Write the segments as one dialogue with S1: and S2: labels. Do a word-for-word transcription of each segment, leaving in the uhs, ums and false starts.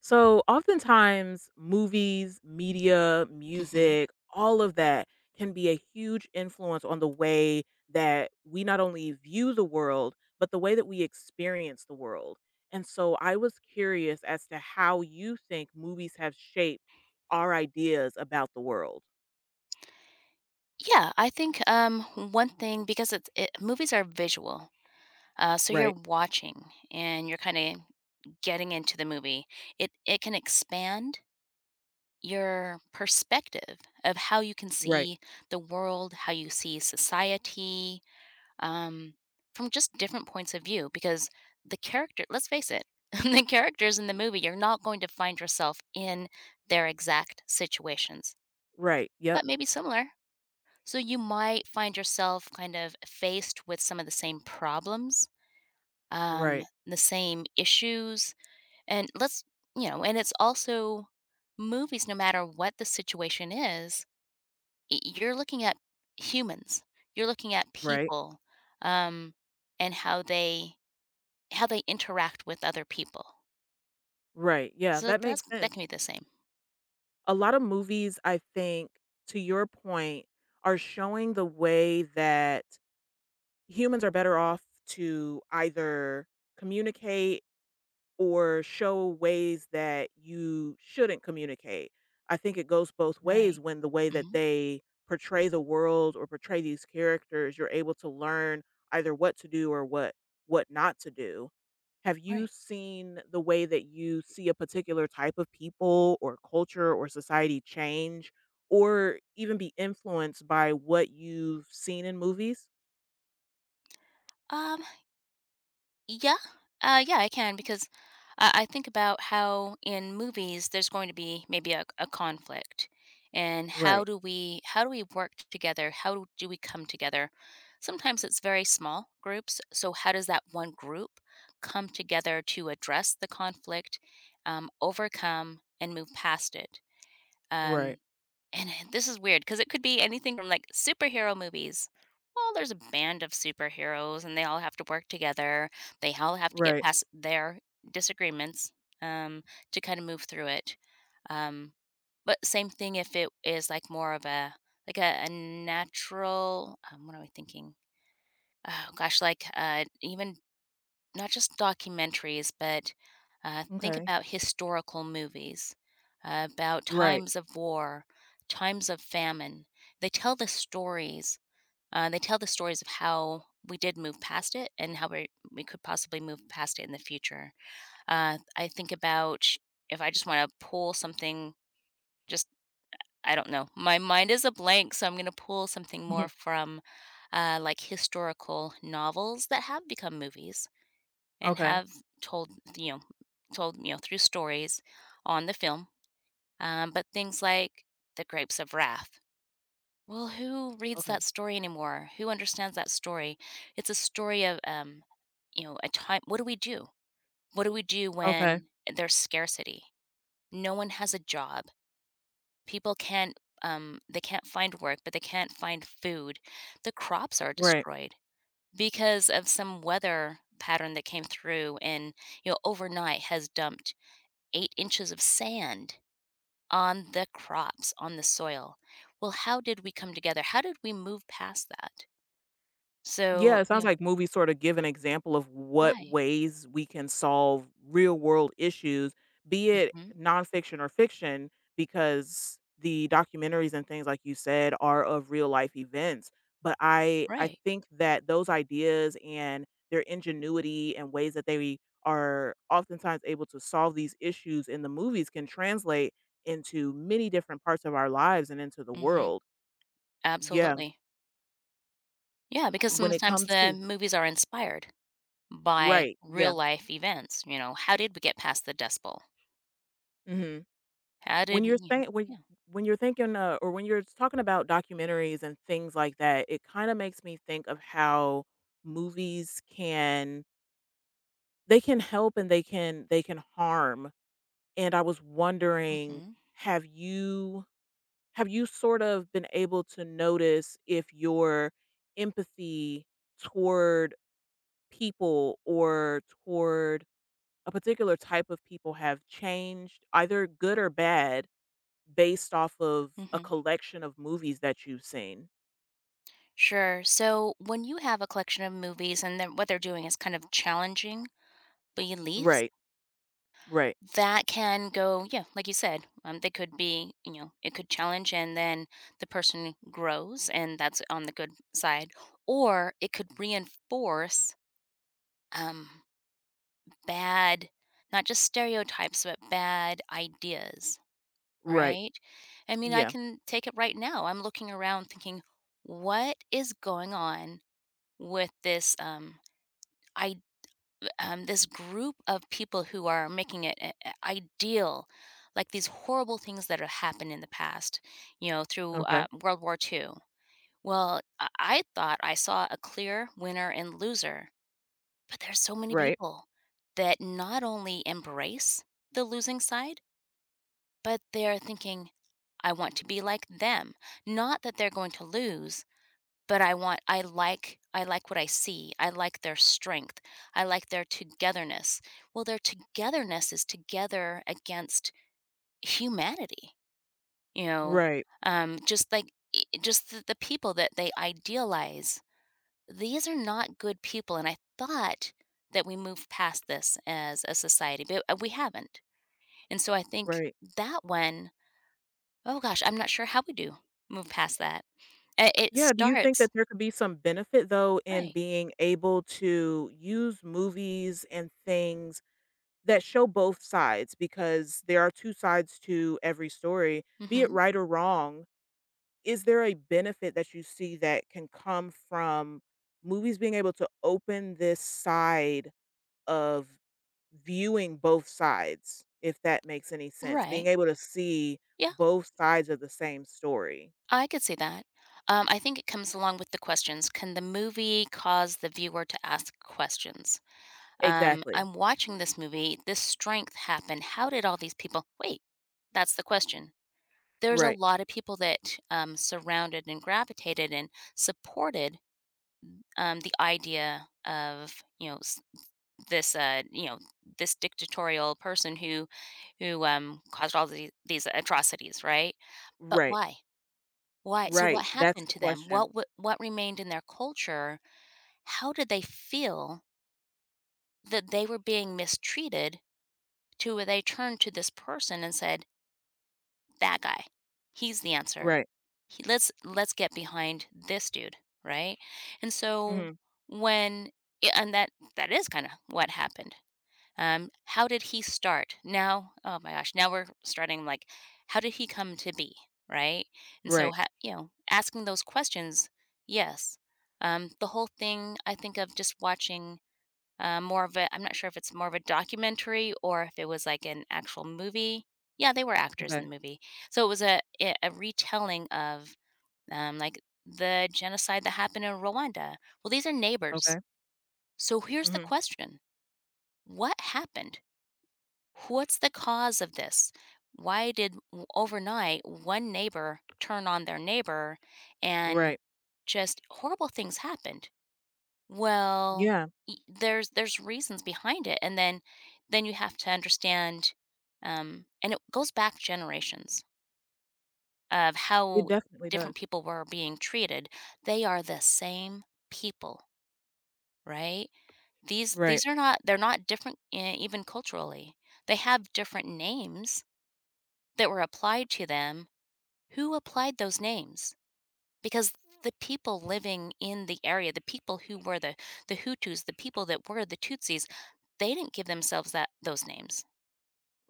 S1: So, oftentimes, movies, media,
S2: Mhm.
S1: music, all of that can be a huge influence on the way that we not only view the world, but the way that we experience the world. And so, I was curious as to how you think movies have shaped our ideas about the world.
S2: Yeah, I think, um, one thing because it's it movies are visual, uh, so you're
S1: Right,
S2: watching and you're kinda getting into the movie. It it can expand your perspective of how you can
S1: right,
S2: see the world, how you see society, um, from just different points of view because the character, let's face it, the characters in the movie, you're not going to find yourself in their exact situations,
S1: right. Yep,
S2: but maybe similar. So you might find yourself kind of faced with some of the same problems, um,
S1: right,
S2: the same issues. And let's, you know, and it's also movies, no matter what the situation is, y- you're looking at humans, you're looking at
S1: right,
S2: people, um, and how they how they interact with other people.
S1: right. Yeah,
S2: So
S1: that
S2: that's
S1: makes
S2: that
S1: sense.
S2: can be the same.
S1: A lot of movies, I think, to your point, are showing the way that humans are better off to either communicate or show ways that you shouldn't communicate. I think it goes both ways
S2: Right.
S1: when the way that
S2: Hmm.
S1: they portray the world or portray these characters, you're able to learn either what to do or what what not to do. Have you
S2: Right.
S1: seen the way that you see a particular type of people or culture or society change or even be influenced by what you've seen in movies?
S2: Um, yeah, uh, yeah, I can, because I, I think about how in movies there's going to be maybe a, a conflict, and how
S1: Right,
S2: do we how do we work together? How do do we come together? Sometimes it's very small groups. So how does that one group come together to address the conflict, um, overcome, and move past it? Um,
S1: right,
S2: and it this is weird because it could be anything from, like, superhero movies. Well, there's a band of superheroes, and they all have to work together. They all have to get
S1: right.
S2: past their disagreements, um, to kinda move through it. Um, but same thing if it is, like, more of a like, a a natural, um, what am I thinking? Oh gosh, like, uh, even not just documentaries, but uh, think
S1: Okay.
S2: about historical movies, uh, about
S1: Right.
S2: times of war, times of famine. They tell the stories. Uh, they tell the stories of how we did move past it and how we, we could possibly move past it in the future. Uh, I think about, if I just want to pull something, just I don't know. My mind is a blank, so I'm going to pull something more from uh, like historical novels that have become movies and
S1: Okay.
S2: have told, you know told you know through stories on the film. Um, but things like The Grapes of Wrath. Well, who reads that
S1: Okay.
S2: story anymore? Who understands that story? It's a story of, um, you know, a time. What do we do what do we do
S1: Okay.
S2: when there's scarcity? No one has a job. People can't, um, they can't find work, but they can't find food. The crops are
S1: Right.
S2: destroyed because of some weather pattern that came through, and, you know, overnight has dumped eight inches of sand on the crops, on the soil. Well, how did we come together? How did we move past that?
S1: Yeah,
S2: So,
S1: it
S2: you
S1: sounds
S2: know.
S1: like movies sort of give an example of what
S2: Right.
S1: ways we can solve real world issues, be it
S2: Hmm.
S1: nonfiction or fiction, because the documentaries and things like you said are of real life events. But I I
S2: Right.
S1: think that those ideas and their ingenuity and ways that they are oftentimes able to solve these issues in the movies can translate into many different parts of our lives and into the
S2: Hmm.
S1: world. Yeah.
S2: Absolutely. Yeah, because
S1: When it
S2: sometimes
S1: comes
S2: the
S1: to
S2: movies are inspired by
S1: right.
S2: real
S1: Yeah.
S2: life events. You know, how did we get past the Dust Bowl?
S1: Mhm.
S2: How
S1: When
S2: did,
S1: you're
S2: you know,
S1: saying
S2: yeah.
S1: when when you're thinking, uh, or when you're talking about documentaries and things like that, it kinda makes me think of how movies can they can help and they can they can harm, and I was wondering,
S2: Hmm.
S1: have you have you sort of been able to notice if your empathy toward people or toward a particular type of people have changed, either good or bad, based off of a
S2: Hmm.
S1: collection of movies that you've seen.
S2: Sure. So when you have a collection of movies and then what they're doing is kind of challenging beliefs,
S1: Right, right,
S2: that can go, yeah, like you said, um, they could be, you know, it could challenge, and then the person grows and that's on the good side, or it could reinforce, um, bad, not just stereotypes, but bad ideas,
S1: right.
S2: right? I mean, I
S1: Yeah,
S2: can take it right now. I'm looking around thinking, "What is going on with this, um, um, this group of people who are making it a- a- ideal, like these horrible things that have happened in the past, you know, through, uh,
S1: okay.
S2: World War two. Well, I I thought I saw a clear winner and loser, but there's so many
S1: Right,
S2: people that not only embrace the losing side, but they're thinking, I want to be like them. Not that they're going to lose, but I want I like, I like what I see. I like their strength. I like their togetherness. Well, their togetherness is together against humanity, you know,
S1: right,
S2: um, just like, i- just the, the people that they idealize. These are not good people, and I thought that we moved past this as a society, but uh, we haven't. And so I think
S1: right.
S2: that one, oh gosh, I'm not sure how we do move past that. Uh, It
S1: Yeah, do you think
S2: starts.
S1: that there could be some benefit, though, in
S2: Right.
S1: being able to use movies and things that show both sides? Because there are two sides to every story, be it
S2: Hmm.
S1: right or wrong. Is there a benefit that you see that can come from movies being able to open this side of viewing both sides, if that makes any sense, being
S2: Right,
S1: able to see
S2: yeah.
S1: both sides of the same story.
S2: I could see that. Um, I think it comes along with the questions. Can the movie cause the viewer to ask questions? Um,
S1: Exactly.
S2: I'm watching this movie. This strength happened. How did all these people? Wait, that's the question. There's a
S1: Right.
S2: lot of people that, um, surrounded and gravitated and supported, um, the idea of, you know, s- this, uh, you know, this dictatorial person who, who um, caused all the, these atrocities, right? But
S1: Right.
S2: why? Why so what
S1: Right. That's
S2: happened
S1: the
S2: to them?
S1: question.
S2: What wa what remained in their culture? How did they feel that they were being mistreated to where they turned to this person and said, "That guy. He's the answer.
S1: Right.
S2: He let's let's get behind this dude," right? And so
S1: Mhm.
S2: when, yeah, and that that is kinda what happened. Um, how did he start? Now, oh my gosh, now we're starting, like, how did he come to be, right? And so,
S1: Right.
S2: ha- you know, asking those questions, yes. Um, the whole thing, I think of just watching, uh, more of a, I'm not sure if it's more of a documentary or if it was like an actual movie. Yeah, they were actors in
S1: Okay.
S2: the movie. So it was a, a a retelling of, um, like the genocide that happened in Rwanda. Well, these are neighbors.
S1: Okay.
S2: So here's the
S1: Mhm.
S2: question. What happened? What's the cause of this? Why did w overnight, one neighbor turn on their neighbor, and
S1: Right.
S2: just horrible things happened? Well,
S1: Yeah,
S2: y there's there's reasons behind it, and then then you have to understand, um and it goes back generations of
S1: it
S2: how
S1: definitely
S2: different
S1: does.
S2: people were being treated. They are the same people, right? These
S1: Right.
S2: these are not, they're not different, e even culturally. They have different names that were applied to them. Who applied those names? Because the people living in the area, the people who were the the Hutus, the people that were the Tutsis, they didn't give themselves that those names.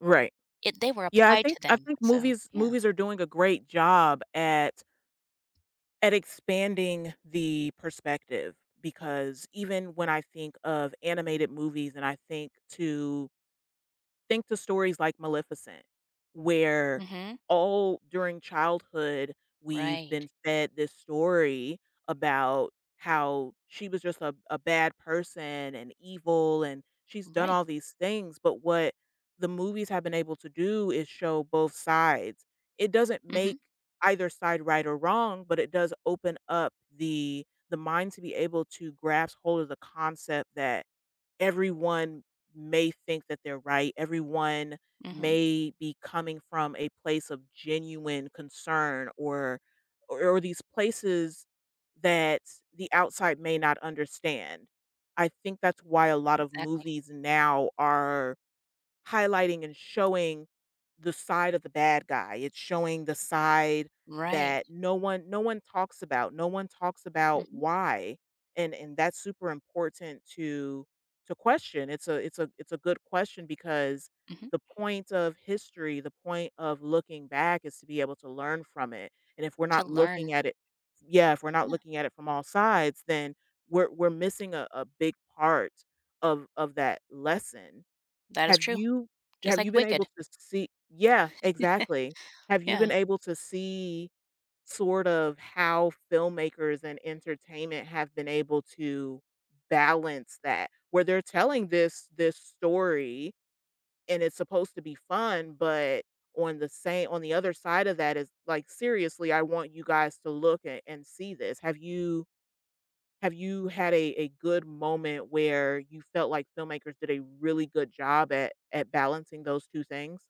S1: Right.
S2: It They were
S1: Yeah, I
S2: applied to
S1: think I
S2: them.
S1: think
S2: So,
S1: movies
S2: yeah.
S1: movies are doing a great job at at expanding the perspective because even when I think of animated movies and I think to think to stories like Maleficent, where
S2: Mhm.
S1: all during childhood, we've
S2: Right.
S1: been fed this story about how she was just a, a bad person and evil, and she's done
S2: Right.
S1: all these things. But what the movies have been able to do is show both sides. It doesn't make
S2: Mhm.
S1: either side right or wrong, but it does open up the the mind to be able to grasp hold of the concept that everyone may think that they're right. Everyone
S2: Mhm.
S1: may be coming from a place of genuine concern or or, or these places that the outside may not understand. I think that's why a lot of
S2: Exactly.
S1: movies now are highlighting and showing the side of the bad guy. It's showing the side
S2: Right.
S1: that no one no one talks about. No one talks about
S2: Mhm.
S1: why. And and that's super important to to question. It's a it's a it's a good question because
S2: Mhm.
S1: the point of history, the point of looking back is to be able to learn from it. And if we're
S2: To
S1: not looking
S2: learn.
S1: at it yeah, if we're not
S2: Yeah.
S1: looking at it from all sides, then we're we're missing a, a big part of of that lesson
S2: That is
S1: have
S2: true.
S1: you
S2: Just
S1: have
S2: like
S1: you been able
S2: Wicked.
S1: to see yeah, exactly. Have you
S2: Yeah.
S1: been able to see sort of how filmmakers and entertainment have been able to balance that? Where they're telling this this story and it's supposed to be fun, but on the same on the other side of that is like, "Seriously, I want you guys to look and and see this." Have you have you had a a good moment where you felt like filmmakers did a really good job at at balancing those two things?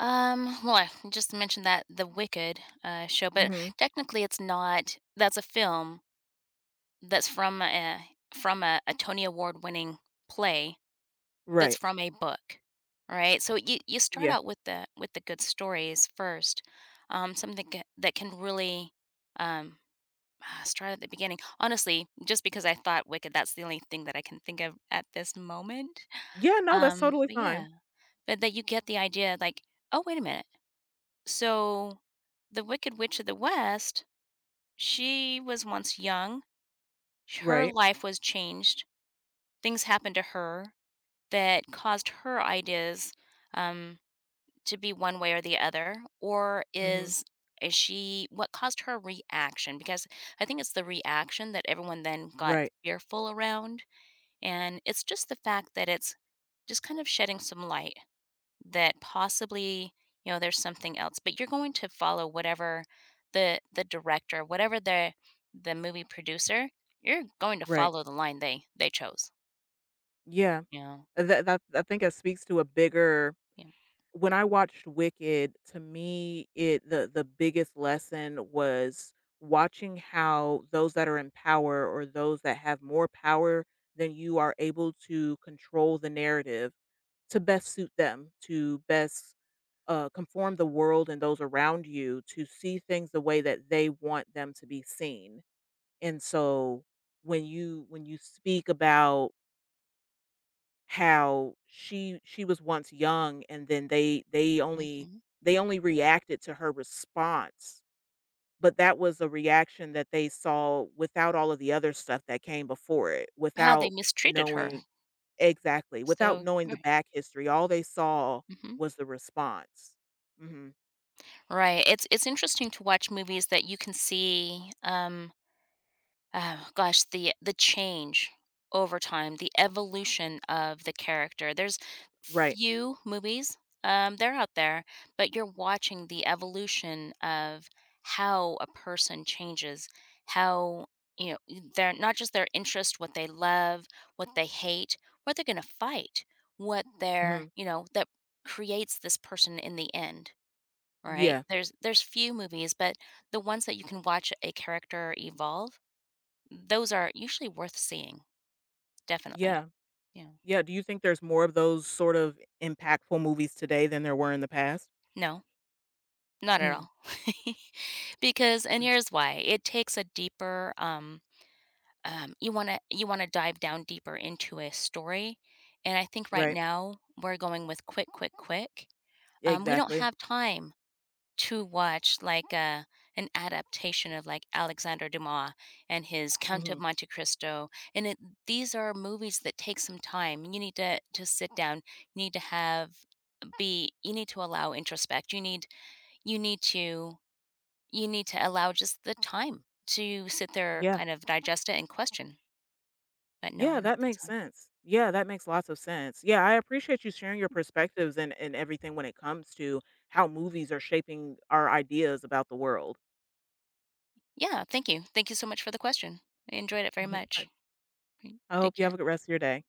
S2: Um, well, I just mentioned that the Wicked, uh, show, but
S1: Mhm.
S2: technically it's not, that's a film. That's from a from a a Tony Award winning play, that's
S1: Right.
S2: from a book, right? So you you start
S1: Yeah.
S2: out with the, with the good stories first, um, something ca that can really, um, ah, start at the beginning. Honestly, just because I thought Wicked, that's the only thing that I can think of at this moment,
S1: Yeah, no, that's
S2: um,
S1: totally
S2: but yeah,
S1: fine.
S2: but that you get the idea, like, "Oh, wait a minute, so the Wicked Witch of the West, she was once young, her
S1: Right.
S2: life was changed, things happened to her that caused her ideas, um, to be one way or the other. Or
S1: Mhm.
S2: is is she, what caused her reaction? Because I think it's the reaction that everyone then got
S1: Right.
S2: fearful around. And it's just the fact that it's just kind of shedding some light that possibly, you know, there's something else, but you're going to follow whatever the the director, whatever the the movie producer, you're going to
S1: Right.
S2: follow the line they they chose,
S1: Yeah.
S2: you know.
S1: Uh, That that I think it speaks to a bigger when I watched Wicked, to me, it the the biggest lesson was watching how those that are in power or those that have more power than you are able to control the narrative to best suit them, to best uh, conform the world and those around you to see things the way that they want them to be seen. And so when you when you speak about how she she was once young and then they they only
S2: Mhm.
S1: they only reacted to her response but that was a reaction that they saw without all of the other stuff that came before it
S2: How they
S1: without
S2: mistreated her.
S1: knowing exactly, without
S2: So
S1: knowing the
S2: right.
S1: back history, all they saw
S2: Mhm.
S1: was the response. Mhm.
S2: Right, it's it's interesting to watch movies that you can see, um oh gosh, the the change over time, the evolution of the character. There's
S1: Right.
S2: few movies, um, they're out there, but you're watching the evolution of how a person changes, how, you know, y- they're not just their interest, what they love, what they hate, what they're going to fight, what they're,
S1: Mhm.
S2: you know, that creates this person in the end. Right?
S1: Yeah.
S2: There's there's few movies, but the ones that you can watch a character evolve, those are usually worth seeing, definitely,
S1: Yeah.
S2: yeah.
S1: Yeah, do you think there's more of those sort of impactful movies today than there were in the past?
S2: No, not at
S1: Mm.
S2: all. Because, and
S1: Mm.
S2: here's why, it takes a deeper, um, um you wanna, you wanna dive down deeper into a story, and I think right
S1: Right.
S2: now we're going with quick, quick, quick. Um, we don't
S1: Exactly.
S2: have time to watch, like, a an adaptation of, like, Alexandre Dumas and his Count of
S1: Mhm.
S2: Monte Cristo, and it these are movies that take some time. You need to to sit down, you need to have be you need to allow introspect. You need you need to you need to allow just the time to sit there,
S1: Yeah.
S2: kind of digest it and question. But no, I
S1: Yeah,
S2: don't
S1: that
S2: think
S1: makes
S2: so.
S1: sense. Yeah, that makes lots of sense. Yeah, I appreciate you sharing your perspectives and and everything when it comes to how movies are shaping our ideas about the world.
S2: Yeah, thank you. Thank you so much for the question. I enjoyed it very
S1: Mhm, I
S2: much.
S1: I
S2: Take
S1: hope you have
S2: care.
S1: a good rest of your day.